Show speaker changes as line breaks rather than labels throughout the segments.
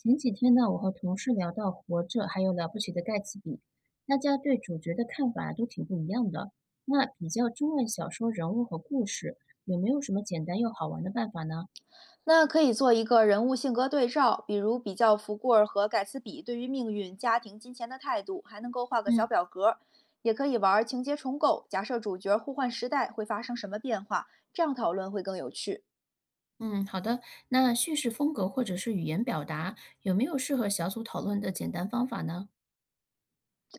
前几天呢，我和同事聊到《活着》，还有《了不起的盖茨比》，大家对主角的看法都挺不一样的。那比较中外小说人物和故事，有没有什么简单又好玩的办法呢？
那可以做一个人物性格对照，比如比较福贵尔和盖茨比对于命运、家庭、金钱的态度，还能够画个小
嗯
表格。也可以玩情节重构，假设主角互换时代会发生什么变化，这样讨论会更有趣。
嗯，好的。那叙事风格或者是语言表达，有没有适合小组讨论的简单方法呢？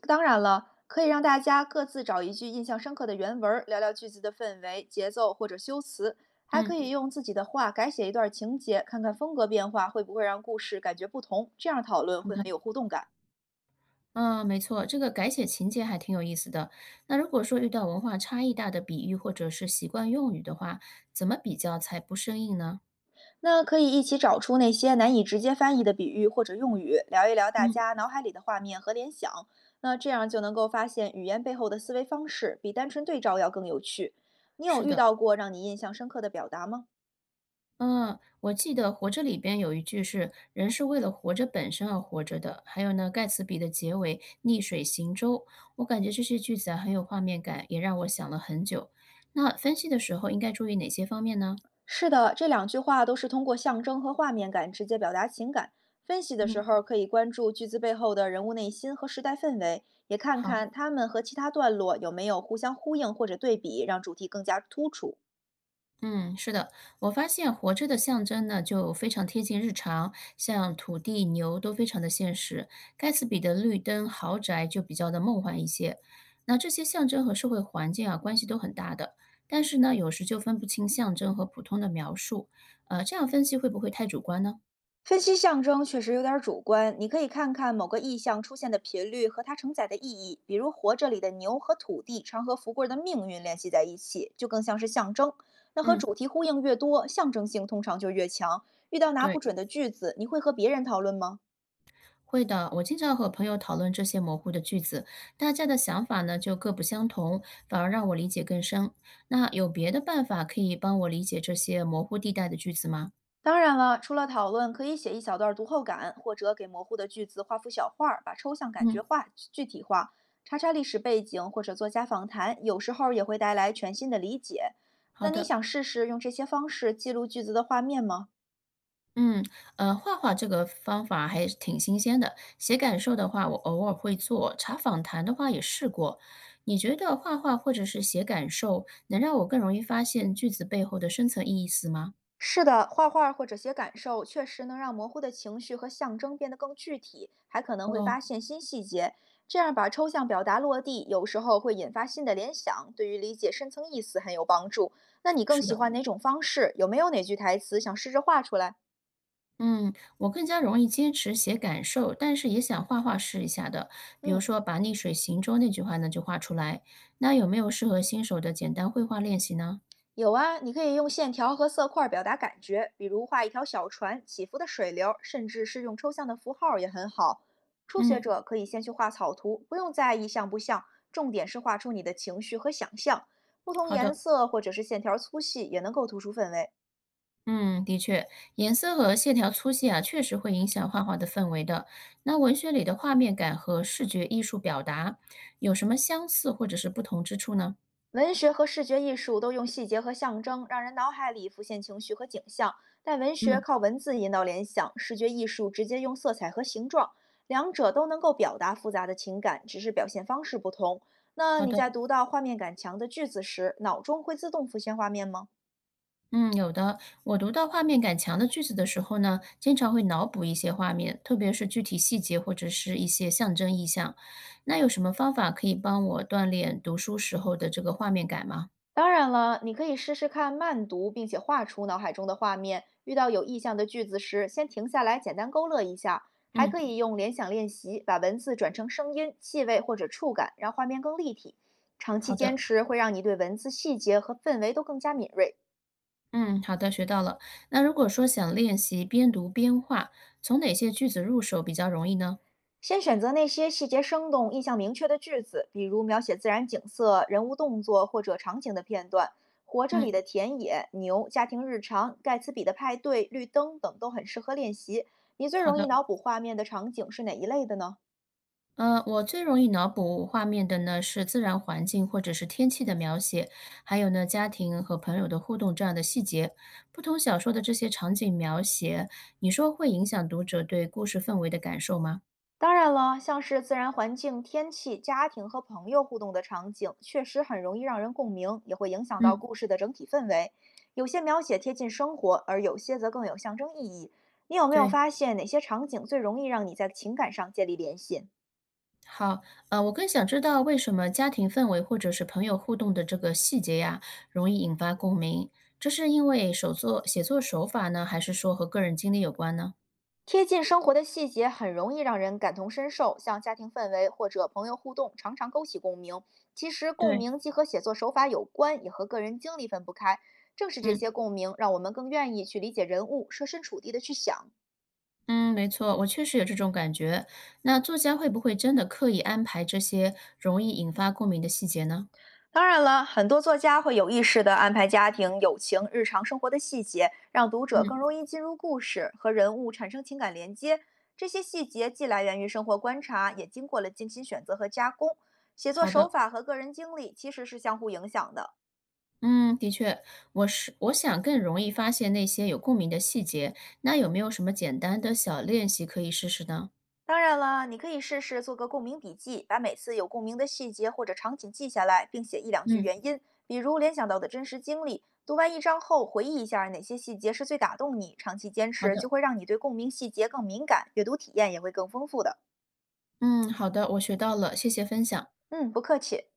当然了，可以让大家各自找一句印象深刻的原文聊聊句子的氛围、节奏或者修辞，还可
嗯
以用自己的话改写一段情节，看看风格变化会不会让故事感觉不同，这样讨论
好
会
的，
很有互动感。
啊，没错，这个改写情节还挺有意思的。那如果说遇到文化差异大的比喻或者是习惯用语的话，怎么比较才不生硬呢？
那可以一起找出那些难以直接翻译的比喻或者用语，聊一聊大
嗯，
家脑海里的画面和联想。那这样就能够发现语言背后的思维方式，比单纯对照要更有趣。你有
是
遇
的。
到过让你印象深刻的表达吗？
嗯，我记得《活着》里边有一句是“人是为了活着本身而活着的”，还有呢，盖茨比的结尾“逆水行舟”，我感觉这些句子啊很有画面感，也让我想了很久。那分析的时候应该注意哪些方面呢？
是的，这两句话都是通过象征和画面感直接表达情感。分析的时
嗯，
候可以关注句子背后的人物内心和时代氛围，也看
好。
看他们和其他段落有没有互相呼应或者对比，让主题更加突出。
嗯，是的，我发现活着的象征呢，就非常贴近日常，像土地、牛都非常的现实。盖茨比的绿灯豪宅就比较的梦幻一些。那这些象征和社会环境啊，关系都很大的，但是呢，有时就分不清象征和普通的描述。这样分析会不会太主观呢？
分析象征确实有点儿主观，你可以看看某个意象出现的频率和它承载的意义，比如《活着》里的牛和土地常和福贵儿的命运联系在一起，就更像是象征。那和
嗯，
主题呼应越多，象征性通常就越强。遇到拿不
对。
准的句子，你会和别人讨论吗？
会的，我经常和朋友讨论这些模糊的句子，大家的想法呢就各不相同，反而让我理解更深。那有别的办法可以帮我理解这些模糊地带的句子吗？
当然了，除了讨论，可以写一小段读后感，或者给模糊的句子画幅小画儿，把抽象感
嗯，
觉化具体化。查查历史背景或者作家访谈，有时候也会带来全新的理解。
好
那你
的。
想试试用这些方式记录句子的画面吗？
嗯，画画这个方法还是挺新鲜的。写感受的话，我偶尔会做；查访谈的话也试过。你觉得画画或者是写感受，能让我更容易发现句子背后的深层意思吗？
是的，画画或者写感受，确实能让模糊的情绪和象征变得更具体，还可能会
哦，
发现新细节。这样把抽象表达落地，有时候会引发新的联想，对于理解深层意思很有帮助。那你更
是
喜
的。
欢哪种方式？有没有哪句台词想试着画出来？
嗯，我更加容易坚持写感受，但是也想画画试一下的。比如
嗯。
说，把“逆水行舟”那句话呢就画出来。那有没有适合新手的简单绘画练习呢？
有啊，你可以用线条和色块表达感觉，比如画一条小船、起伏的水流甚至是用抽象的符号也很好。初学
嗯，
者可以先去画草图，不用在意像不像，重点是画出你的情绪和想象。不同
好
颜
的。
色或者是线条粗细也能够突出氛围。
嗯，的确，颜色和线条粗细啊，确实会影响画画的氛围的。那文学里的画面感和视觉艺术表达有什么相似或者是不同之处呢？
文学和视觉艺术都用细节和象征，让人脑海里浮现情绪和景象，但文学
嗯，
靠文字引导联想，视觉艺术直接用色彩和形状，两者都能够表达复杂的情感，只是表现方式不同。那
好
你
的。
在读到画面感强的句子时，脑中会自动浮现画面吗？
嗯，有的。我读到画面感强的句子的时候呢，经常会脑补一些画面，特别是具体细节或者是一些象征意象。那有什么方法可以帮我锻炼读书时候的这个画面感吗？
当然了，你可以试试看慢读，并且画出脑海中的画面。遇到有意象的句子时，先停下来，简单勾勒一下。还
嗯，
可以用联想练习，把文字转成声音、气味或者触感，让画面更立体。长期
好
坚
的。
持会让你对文字细节和氛围都更加敏锐。
嗯，好的，学到了。那如果说想练习边读边画，从哪些句子入手比较容易呢？
先选择那些细节生动、印象明确的句子，比如描写自然景色、人物动作或者场景的片段。《活着》里
嗯，
的田野、牛、家庭日常、盖茨比的派对、绿灯等都很适合练习。你最
好
容易
的。
脑补画面的场景是哪一类的呢？
嗯，我最容易脑补画面的呢是自然环境或者是天气的描写，还有呢家庭和朋友的互动这样的细节。不同小说的这些场景描写，你说会影响读者对故事氛围的感受吗？
当然了，像是自然环境、天气、家庭和朋友互动的场景，确实很容易让人共鸣，也会影响到
嗯，
故事的整体氛围。有些描写贴近生活，而有些则更有象征意义。你有没有
对，
发现哪些场景最容易让你在情感上建立联系？
好，我更想知道为什么家庭氛围或者是朋友互动的这个细节呀，容易引发共鸣？这是因为手作写作手法呢，还是说和个人经历有关呢？
贴近生活的细节很容易让人感同身受，像家庭氛围或者朋友互动，常常勾起共鸣。其实，共
对，
鸣既和写作手法有关，也和个人经历分不开。正是这
嗯。
些共鸣，让我们更愿意去理解人物，设身处地的去想。
嗯，没错，我确实有这种感觉。那作家会不会真的刻意安排这些容易引发共鸣的细节呢？
当然了，很多作家会有意识地安排家庭、友情、日常生活的细节，让读者
嗯，
更容易进入故事，和人物产生情感连接。这些细节既来源于生活观察，也经过了精心选择和加工。写作
好
手
的，
法和个人经历其实是相互影响的。
嗯，的确，我想更容易发现那些有共鸣的细节。那有没有什么简单的小练习可以试试呢？
当然了，你可以试试做个共鸣笔记，把每次有共鸣的细节或者场景记下来，并写一两句
嗯，
原因，比如联想到的真实经历。读完一章后，回忆一下哪些细节是最打动你，长期坚
好
持就
的，
会让你对共鸣细节更敏感，阅读体验也会更丰富的。
嗯，好的，我学到了，谢谢分享。
嗯，不客气。